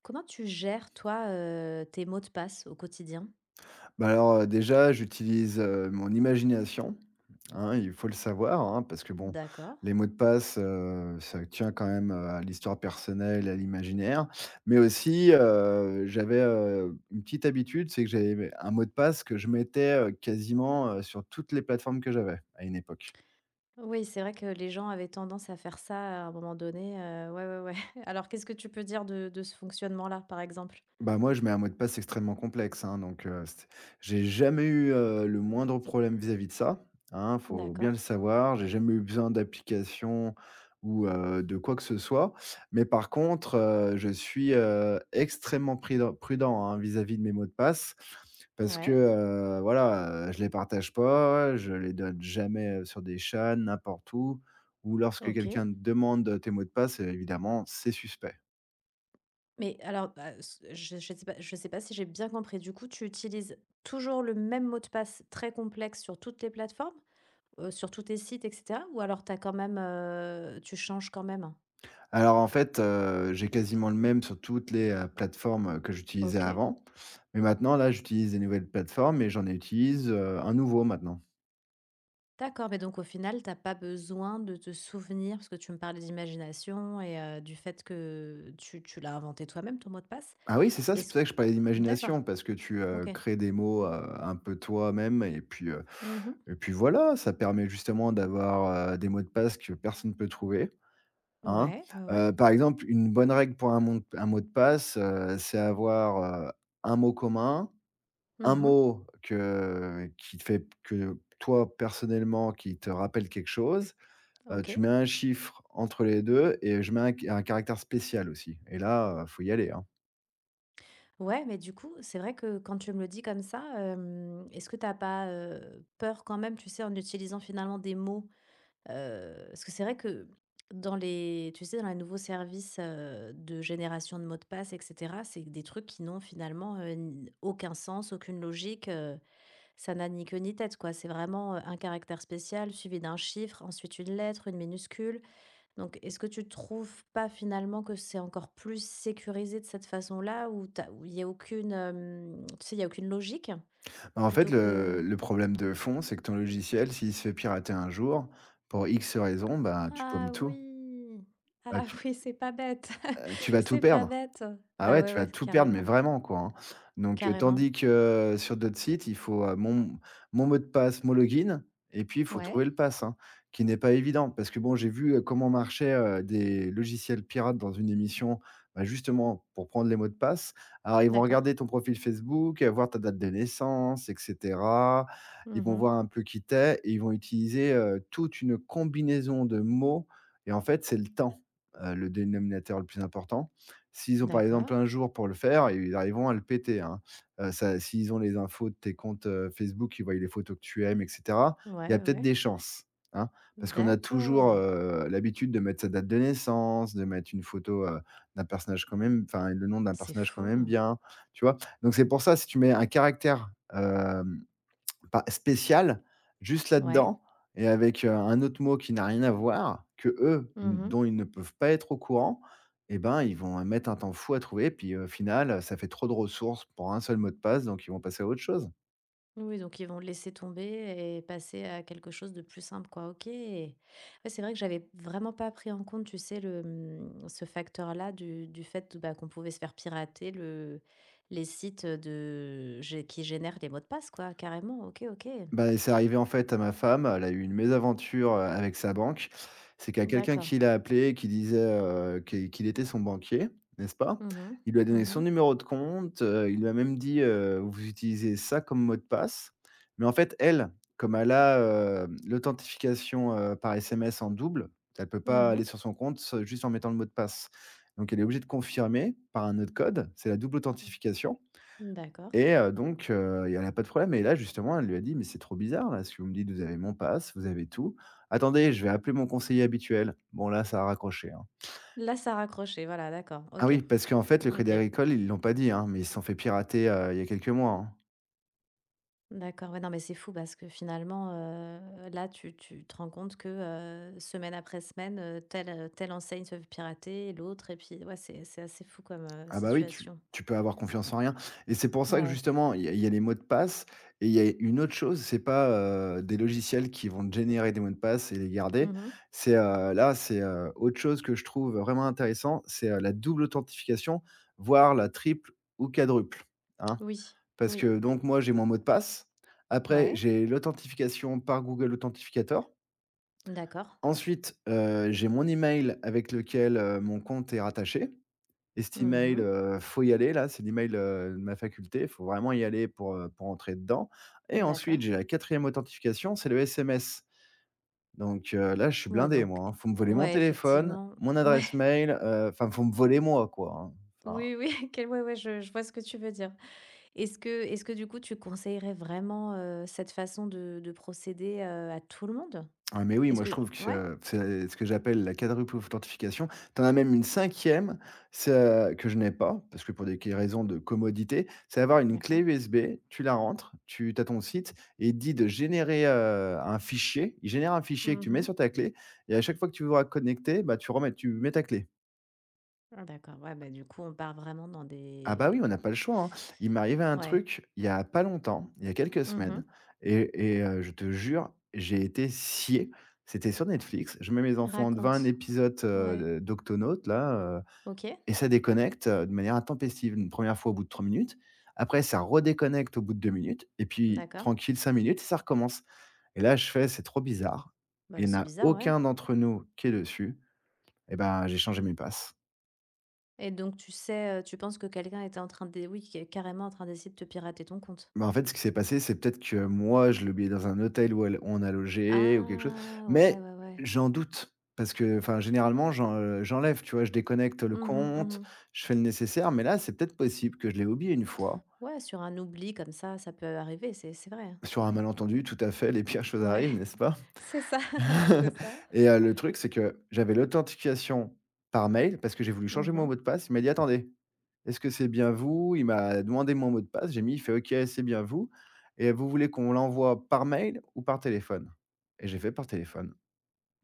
Comment tu gères, toi, tes mots de passe au quotidien? Bah, alors, déjà, j'utilise, mon imagination, hein, il faut le savoir, hein, parce que bon, D'accord. les mots de passe, ça tient quand même, à l'histoire personnelle, à l'imaginaire. Mais aussi, j'avais, une petite habitude, c'est que j'avais un mot de passe que je mettais, quasiment, sur toutes les plateformes que j'avais, à une époque. Oui, c'est vrai que les gens avaient tendance à faire ça à un moment donné, ouais, ouais, ouais. Alors qu'est-ce que tu peux dire de ce fonctionnement-là, par exemple? Bah, moi, je mets un mot de passe extrêmement complexe, hein, donc c'est j'ai jamais eu, le moindre problème vis-à-vis de ça, hein, faut bien D'accord. le savoir. J'ai jamais eu besoin d'application ou, de quoi que ce soit. Mais par contre, je suis, extrêmement priden prudent, hein, vis-à-vis de mes mots de passe parce que, Ouais, voilà, je les partage pas, je les donne jamais, sur des chats, n'importe où ou lorsque OK. quelqu'un te demande tes mots de passe, évidemment, c'est suspect. Mais alors, bah, s je ne sais pas je sais pas si j'ai bien compris. Du coup, tu utilises toujours le même mot de passe très complexe sur toutes les plateformes? Sur tous tes sites et cetera? Ou alors tu as quand même, tu changes quand même? Alors en fait, j'ai quasiment le même sur toutes les, plateformes, que j'utilisais OK. avant. Mais maintenant là, j'utilise des nouvelles plateformes et j'en utilise, un nouveau maintenant. D'accord, mais donc au final, t'as pas besoin de te souvenir, parce que tu me parlais d'imagination et du fait que tu l'as inventé toi-même ton mot de passe. Ah oui, c'est ça, c'est pour Est-ce ça que je parlais D'accord, d'imagination parce que tu, OK. Crées des mots, un peu toi-même et puis, heu Mmh. et puis voilà, ça permet justement d'avoir, des mots de passe que personne ne peut trouver, hein. Ouais, ouais, ouais. Par exemple, une bonne règle pour un mot de passe, c'est avoir, un mot commun, un Mmh. mot que qui te fait que toi, personnellement, qui te rappelle quelque chose, tu OK. mets un chiffre entre les 2 et je mets un caractère spécial aussi et là, faut y aller, hein. Ouais, mais du coup, c'est vrai que quand tu me le dis comme ça, est-ce que t'as pas, peur quand même, tu sais, en utilisant finalement des mots. Parce que c'est vrai que dans les tu sais, dans les nouveaux services, de génération de mots de passe et cetera, c'est des trucs qui n'ont finalement, n aucun sens, aucune logique, ça n'a ni queue ni tête, quoi. C'est vraiment, un caractère spécial suivi d'un chiffre, ensuite une lettre, une minuscule. Donc est-ce que tu trouves pas finalement que c'est encore plus sécurisé de cette façon-là où il y a aucune, hem, tu sais, il y a aucune logique Bah, en fait, plutôt que. le problème de fond, c'est que ton logiciel, s'il se fait pirater un jour, pour X raison, bah, tu Ah paumes tout. oui! Heu, Ah tu oui, c'est pas bête. Tu vas tout C'est pas perdre. bête. Ah Bah, ouais, ouais, tu vas ouais, tout perdre, mais carrément, vraiment quoi, hein. Donc, carrément. tandis que sur d'autres sites, il faut, mon mot de passe, mon login et puis il faut Ouais, trouver le pass, hein, qui n'est pas évident. Parce que bon, j'ai vu, comment marchaient, des logiciels pirates dans une émission, bah, justement pour prendre les mots de passe. Alors ils vont d'accord. regarder ton profil Facebook, voir ta date de naissance et cetera. Ils vont Mmh. voir un peu qui tu es et ils vont utiliser, toute une combinaison de mots et en fait, c'est le temps, le dénominateur le plus important. S'ils ont par exemple D'accord. un jour pour le faire, ils arriveront à le péter, hein. Ça s'ils ont les infos de tes comptes, Facebook, ils voient les photos que tu aimes et cetera, Ouais, il y a ouais, peut-être ouais. des chances, hein. Parce qu'on a D'accord. toujours, l'habitude de mettre sa date de naissance, de mettre une photo, d'un personnage quand même, enfin le nom d'un C'est personnage quand même fou. bien, tu vois? Donc c'est pour ça, si tu mets un caractère, hem pas spécial, juste Ouais. là-dedans et avec, un autre mot qui n'a rien à voir, qu'eux, Mmh. Ils ne peuvent pas être au courant et ben, ils vont, mettre un temps fou à trouver puis, au final, ça fait trop de ressources pour un seul mot de passe, donc ils vont passer à autre chose. Oui, donc ils vont laisser tomber et passer à quelque chose de plus simple, quoi. OK. Ouais, c'est vrai que j'avais vraiment pas pris en compte, tu sais, ce facteur-là du fait bah, qu'on pouvait se faire pirater les sites qui génèrent les mots de passe, quoi, carrément. OK, OK. Bah, c'est arrivé, en fait, à ma femme. Elle a eu une mésaventure, avec sa banque. C'est qu'il y a quelqu'un D'accord. qui l'a appelé, qui disait, qu'il était son banquier, n'est-ce pas? Mhm, Il lui a donné son mhm, numéro de compte, il lui a même dit: «Vous utilisez ça comme mot de passe». Mais en fait, elle, comme elle a, l'authentification, par SMS en double, elle peut pas mhm. aller sur son compte s juste en mettant le mot de passe. Donc elle est obligée de confirmer par un autre code, c'est la double authentification. D'accord. Et donc elle a pas de problème et là justement, elle lui a dit: «Mais c'est trop bizarre là, ce que vous me dites, vous avez mon pass, vous avez tout. Attendez, je vais appeler mon conseiller habituel». Bon là, ça a raccroché, hein. Là, ça a raccroché, voilà, d'accord. Ah OK. oui, parce qu'en fait, le OK. Crédit Agricole, ils l'ont pas dit, hein, mais ils se sont fait pirater, il y a quelques mois, hein. D'accord, ouais, non, mais c'est fou parce que finalement, là, tu te rends compte que, semaine après semaine, telle enseigne se fait pirater, l'autre et puis ouais, c'est assez fou comme, Ah bah oui, tu situation. tu peux avoir confiance en rien et c'est pour ça que Ouais. justement, il y a les mots de passe et il y a une autre chose, c'est pas, des logiciels qui vont te générer des mots de passe et les garder. Mmh. C'est, autre chose que je trouve vraiment intéressant, c'est, la double authentification, voire la triple ou quadruple, hein. Oui, Parce oui. que donc moi, j'ai mon mot de passe. Après, Ouais. j'ai l'authentification par Google Authentificator. D'accord. Ensuite, j'ai mon email avec lequel, mon compte est rattaché. Et cet email, Mmh. Faut y aller là, c'est l'email, de ma faculté, faut vraiment y aller pour, pour entrer dedans et ensuite, D'accord. j'ai la quatrième authentification, c'est le SMS. Donc là, je suis Ouais, blindé donc moi, hein. Faut me voler mon ouais, téléphone, effectivement. mon Ouais. adresse mail, enfin, faut me voler moi, quoi, hein. Enfin. Oui, oui, quel ouais, ouais, je vois ce que tu veux dire. Est-ce que du coup, tu conseillerais vraiment, cette façon de procéder, à tout le monde? Ah mais oui, Est-ce moi je que trouve que ouais? C'est ce que j'appelle la quadruple authentification. Tu en as même une cinquième c'est, que je n'ai pas, parce que pour des q raisons de commodité, c'est avoir une clé D'accord. USB, tu la rentres, tu as ton site et il te dit de générer, un fichier. Il génère un fichier que tu mets Mhm. sur ta clé et à chaque fois que tu voudras connecter, bah, tu mets ta clé. Ah, d'accord, ouais, bah, du coup, on part vraiment dans Ah bah des. oui, on n'a pas le choix, hein. Il m'est arrivé un Ouais. truc, il y a pas longtemps, il y a quelques semaines Mhm. et je te jure, j'ai été scié. C'était sur Netflix. Je mets mes enfants devant un Raconte. épisode, Ouais. d'Octonautes là, OK. et ça déconnecte, de manière intempestive. Une 1 fois au bout de 3 minutes, après ça redéconnecte au bout de 2 minutes et puis D'accord. tranquille 5 minutes et ça recommence et là je fais: «C'est trop bizarre». Bah, Il n'y en c'est a bizarre, ouais. aucun d'entre nous qui est dessus et ben, j'ai changé mes passes. Et donc tu sais, tu penses que quelqu'un était oui, qui est carrément en train d'essayer de te pirater ton compte? Bah, en fait, ce qui s'est passé, c'est peut-être que moi, je l'ai oublié dans un hôtel où on a logé ou quelque chose, Ah! Ouais, mais ouais, ouais. j'en doute parce que, enfin, généralement, j'enlève, tu vois? Je déconnecte le Mhm. compte, Mhm. je fais le nécessaire, mais là, c'est peut-être possible que je l'ai oublié une fois. Ouais, sur un oubli comme ça peut arriver, c'est vrai, hein. Sur un Ouais. malentendu, tout à fait, les pires choses Ouais. arrivent, n'est-ce pas? C'est ça, c'est ça. Et le truc, c'est que j'avais l'authentification par mail parce que j'ai voulu changer mon Mhm. mot de passe. Il m'a dit: «Attendez». «Est-ce que c'est bien vous?» il m'a demandé mon mot de passe, j'ai mis, il fait: «OK, c'est bien vous et vous voulez qu'on l'envoie par mail ou par téléphone?» et j'ai fait: «Par téléphone».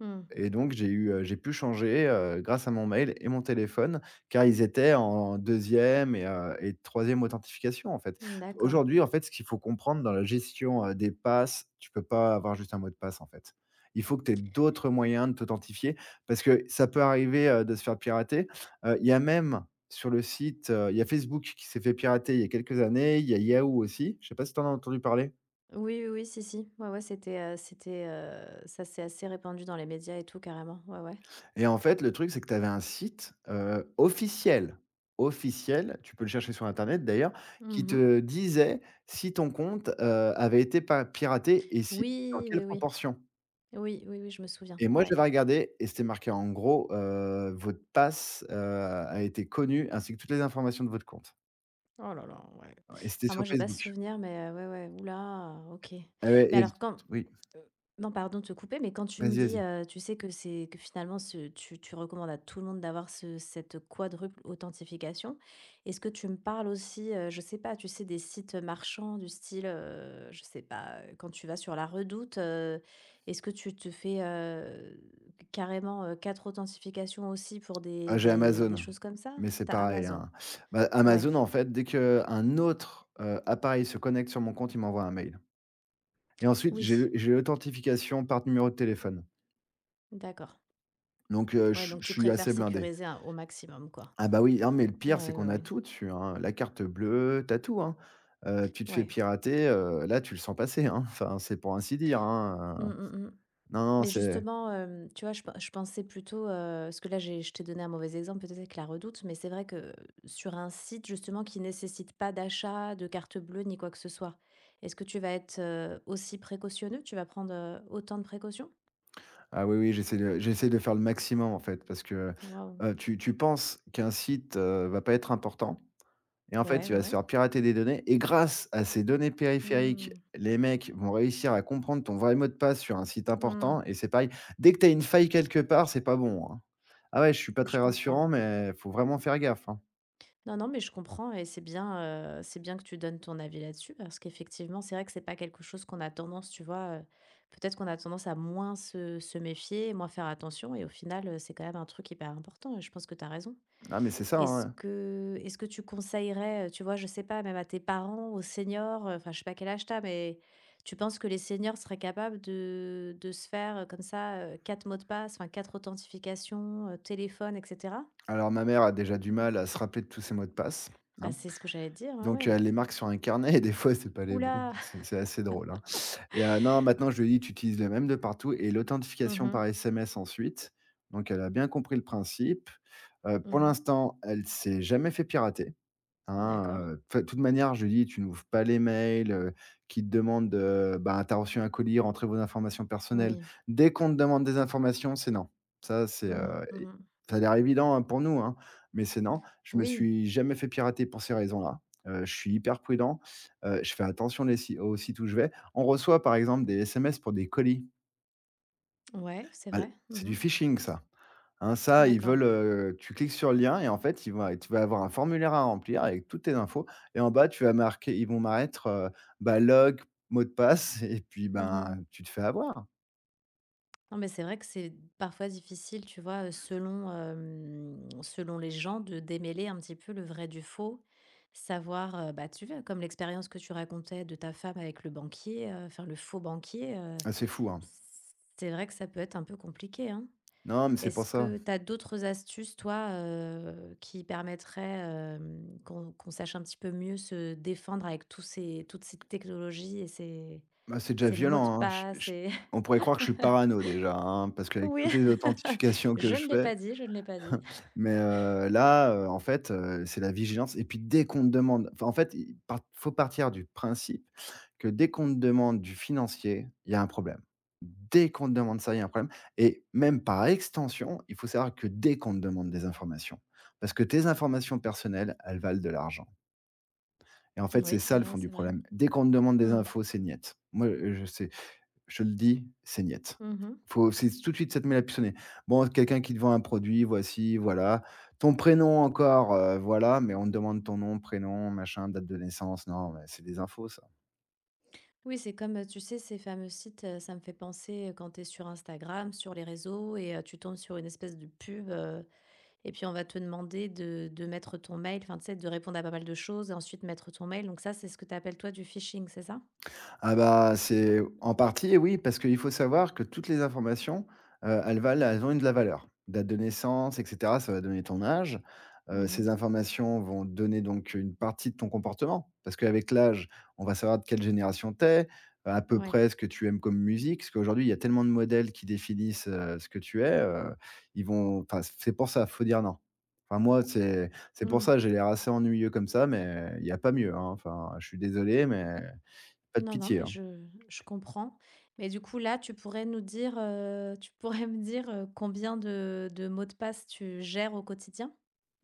Mh. Et donc j'ai pu changer, grâce à mon mail et mon téléphone, car ils étaient en deuxième et 3e authentification, en fait. Mmh. D'accord. Aujourd'hui, en fait, ce qu'il faut comprendre dans la gestion, des passes, tu peux pas avoir juste un mot de passe, en fait. Il faut que tu aies d'autres moyens de t'authentifier parce que ça peut arriver, de se faire pirater. Il y a même sur le site, il y a Facebook qui s'est fait pirater il y a quelques années, il y a Yahoo aussi. Je sais pas si tu en as entendu parler? Oui, oui, oui, si, si. Ouais, ouais, ça s'est assez répandu dans les médias et tout carrément. Ouais, ouais. Et en fait, le truc, c'est que tu avais un site, officiel, officiel, tu peux le chercher sur internet d'ailleurs, qui Mmh. te disait si ton compte, avait été pa piraté et si dans Oui, quelle oui, oui. proportion. Oui, oui, oui, je me souviens, Et moi, ouais. j'avais regardé et c'était marqué en gros: «Votre passe, a été connue ainsi que toutes les informations de votre compte» Oh là là, ouais. et c'était Ah sur moi j'ai pas ce Facebook. souvenir mais, ouais, ouais. Oula. OK. Et ouais Mais et le alors quand oui, Non, pardon de te couper, mais quand tu me vas-y, dis, vas-y. Tu sais que c'est que finalement ce tu recommandes à tout le monde d'avoir ce cette quadruple authentification. Est-ce que tu me parles aussi, je sais pas, tu sais, des sites marchands du style, je sais pas, quand tu vas sur La Redoute, est-ce que tu te fais, carrément, 4 authentifications aussi pour des Ah, j'ai des des Amazon, choses comme ça? mais c'est T'as pareil, Amazon? hein. Bah, Ouais, Amazon, en fait, dès qu'un autre, appareil se connecte sur mon compte, il m'envoie un mail. Et ensuite, oui, j'ai l'authentification par numéro de téléphone. d'accord. Donc, Ouais, je donc je tu suis préfères assez blindé. sécuriser un au maximum, quoi. Ah bah oui, non, mais le pire, c'est Ouais, ouais, qu'on a ouais. tout dessus, hein. La carte bleue, t'as tout, hein. Tu te fais Ouais. pirater, là, tu le sens passer, hein. Enfin, c'est pour ainsi dire, hein, Mmh. heu. Mh. Mh. Non, non, Mais c'est justement, tu vois, je pensais plutôt, parce que là, j'ai je t'ai donné un mauvais exemple peut-être avec la Redoute, mais c'est vrai que sur un site justement qui nécessite pas d'achat, de carte bleue ni quoi que ce soit. Est-ce que tu vas être, aussi précautionneux? Tu vas prendre, autant de précautions? ah oui, oui, j'essaie de faire le maximum, en fait, parce que, Waouh! Tu tu penses qu'un site, va pas être important. Et en Ouais, fait, il ouais, va se ouais. faire pirater des données et grâce à ces données périphériques, Mmh. les mecs vont réussir à comprendre ton vrai mot de passe sur un site Mmh. important et c'est pareil. Dès que tu as une faille quelque part, c'est pas bon, hein. Ah ouais, je suis pas Je très comprends. rassurant, mais faut vraiment faire gaffe, hein. Non, non, mais je comprends et c'est bien que tu donnes ton avis là-dessus parce qu'effectivement, c'est vrai que c'est pas quelque chose qu'on a tendance, tu vois, peut-être qu'on a tendance à moins se méfier, moins faire attention et au final, c'est quand même un truc hyper important et je pense que tu as raison. Ah mais c'est ça, Est-ce hein. que est-ce que tu conseillerais, tu vois, je sais pas, même à tes parents, aux seniors, enfin, je sais pas quel âge tu as, mais tu penses que les seniors seraient capables de se faire, comme ça, 4 mots de passe, enfin 4 authentifications, téléphone et cetera? Alors ma mère a déjà du mal à se rappeler de tous ses mots de passe, Bah, hein, c'est ce que j'allais te dire, ouais, donc ouais. elle les marque sur un carnet et des fois, c'est pas les bons. Ouh. C'est assez drôle, hein. Et non, maintenant, je lui ai dit: «Tu utilises le même de partout et Mhm, l'authentification par mhm. SMS ensuite». Donc elle a bien compris le principe. Pour l'instant, elle s'est jamais fait pirater. Hein, D'accord. Enfin, de toute manière, je lui dis: «Tu n'ouvres pas les mails, qui te demandent, bah, tu as reçu un colis, rentrez vos informations personnelles». Oui. Dès qu'on te demande des informations, c'est non. Ça, c'est, Mhm, et mhm. ça a l'air évident, hein, pour nous, hein, mais c'est non. Je me Oui, suis jamais fait pirater pour ces raisons-là. Je suis hyper prudent. Je fais attention les si aux sites où je vais. On reçoit, par exemple, des SMS pour des colis. ouais, c'est Bah, vrai. c'est du Mhm. phishing, ça. Hein, ça, ils D'accord. veulent, tu cliques sur le lien et en fait, ils vont tu vas avoir un formulaire à remplir avec toutes tes infos et en bas, tu vas marquer ils vont mettre, bah, log, mot de passe et puis, Mhm. ben, tu te fais avoir. Non, mais c'est vrai que c'est parfois difficile, tu vois, selon les gens de démêler un petit peu le vrai du faux. Savoir, bah, tu vois, comme l'expérience que tu racontais de ta femme avec le banquier, enfin le faux banquier, Ah, c'est fou, hein. c'est vrai que ça peut être un peu compliqué, hein? Non, mais c'est Est-ce pour ça. que tu as d'autres astuces, toi, qui permettraient, qu'on sache un petit peu mieux se défendre avec tous ces toutes ces technologies et ces Bah, c'est déjà ces mots de violent, hein. Je passe je et. on pourrait croire que je suis parano déjà, hein, parce qu'avec Oui, toutes les authentifications que je ne je l'ai fais. pas dit, je ne l'ai pas dit. Mais là, en fait, c'est la vigilance et puis dès qu'on te demande enfin, en fait, il part faut partir du principe que dès qu'on te demande du financier, il y a un problème. Dès qu'on te demande ça, il y a un problème et même par extension, il faut savoir que dès qu'on te demande des informations, parce que tes informations personnelles, elles valent de l'argent et en fait, c'est Oui, c'est ça le vrai, fond du c'est vrai. problème. Dès qu'on te demande des Mmh. infos, c'est niet. Moi, je sais je te le dis, c'est niet. Mmh. Faut, c'est tout de suite, ça te met la puce au nez. Bon, quelqu'un qui te vend un produit, voici, voilà. Ton prénom encore, voilà, mais on te demande ton nom, prénom, machin, date de naissance. Non, mais c'est des infos, ça. Oui, c'est comme, tu sais, ces fameux sites, ça me fait penser, quand tu es sur Instagram, sur les réseaux et tu tombes sur une espèce de pub. Et puis on va te demander de mettre ton mail, enfin, tu sais, de répondre à pas mal de choses et ensuite mettre ton mail. Donc ça, c'est ce que tu appelles toi du phishing, c'est ça? Ah bah, c'est en partie, oui, parce qu'il faut savoir que toutes les informations, elles valent elles ont une de la valeur. Date de naissance et cetera, ça va donner ton âge. Mmh. Ces informations vont donner donc une partie de ton comportement, parce qu'avec l'âge, on va savoir de quelle génération t'es à peu Ouais. près ce que tu aimes comme musique, parce qu'aujourd'hui, il y a tellement de modèles qui définissent, ce que tu es, ils vont enfin, c'est pour ça, faut dire non. Enfin moi, c'est pour Mmh. ça, j'ai l'air assez ennuyeux comme ça, mais il y a pas mieux, hein. Enfin, je suis désolé, mais pas de Non, non, pitié, mais hein. je comprends. Mais du coup, là, tu pourrais nous dire, tu pourrais me dire, combien de mots de passe tu gères au quotidien?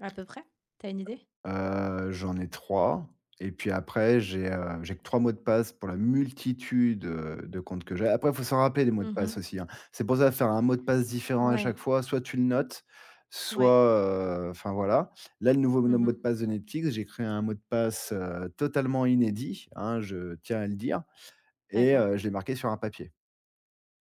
À peu près? T'as une idée? J'en ai 3 et puis après j'ai que 3 mots de passe pour la multitude, de comptes que j'ai. Après, il faut s'en rappeler des mots de Mmh. Mh. passe aussi, hein. C'est pour ça, faire un mot de passe différent à Ouais, chaque fois, soit tu le notes, soit, ouais. Enfin voilà. Là, le nouveau mot de Mmh. passe de Netflix, j'ai créé un mot de passe, totalement inédit, hein, je tiens à le dire et D'accord. Je l'ai marqué sur un papier.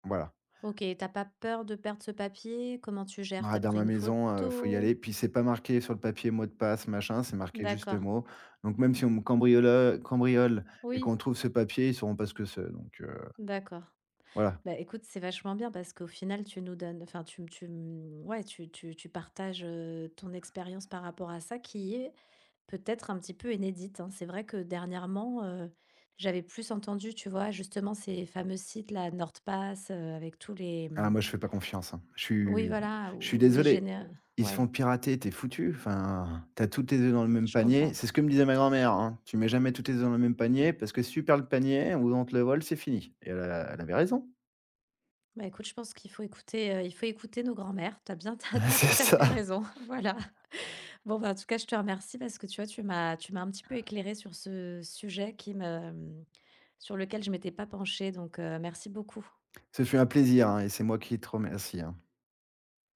Voilà. OK. T'as pas peur de perdre ce papier? Comment tu gères? T'as Ah, dans pris ma une maison, faut y photo? aller. Puis c'est pas marqué sur le papier mot de passe, machin, c'est marqué juste le D'accord. mot. Donc même si on me cambriole et Oui, qu'on trouve ce papier, ils sauront pas ce que c'est, donc d'accord. voilà. Bah, écoute, c'est vachement bien parce qu'au final, tu nous donnes, enfin, tu, me- ouais, tu partages ton expérience par rapport à ça qui est peut-être un petit peu inédite. Hein. C'est vrai que dernièrement, j'avais plus entendu, tu vois, justement ces fameux sites, la NordPass, avec tous les... Ah hum, moi je fais pas confiance, hein. Je Oui, suis voilà, je suis ou des désolé. géné. Ils se Ouais, font pirater, t'es foutu. Enfin, t'as as tous tes œufs dans le même je panier. comprends. C'est ce que me disait ma grand-mère, hein: «Tu mets jamais tous tes œufs dans le même panier parce que si tu perds le panier ou on te le vole, c'est fini» et elle avait raison. Bah, écoute, je pense qu'il faut écouter nos grands-mères. T'as bien, t'as, t'as tout C'est à fait ça. raison. Voilà. Bon, bah, en tout cas, je te remercie parce que tu vois, tu m'as un petit peu éclairé sur ce sujet sur lequel je m'étais pas penchée. Donc, merci beaucoup. Ce fut un plaisir, hein et c'est moi qui te remercie, hein.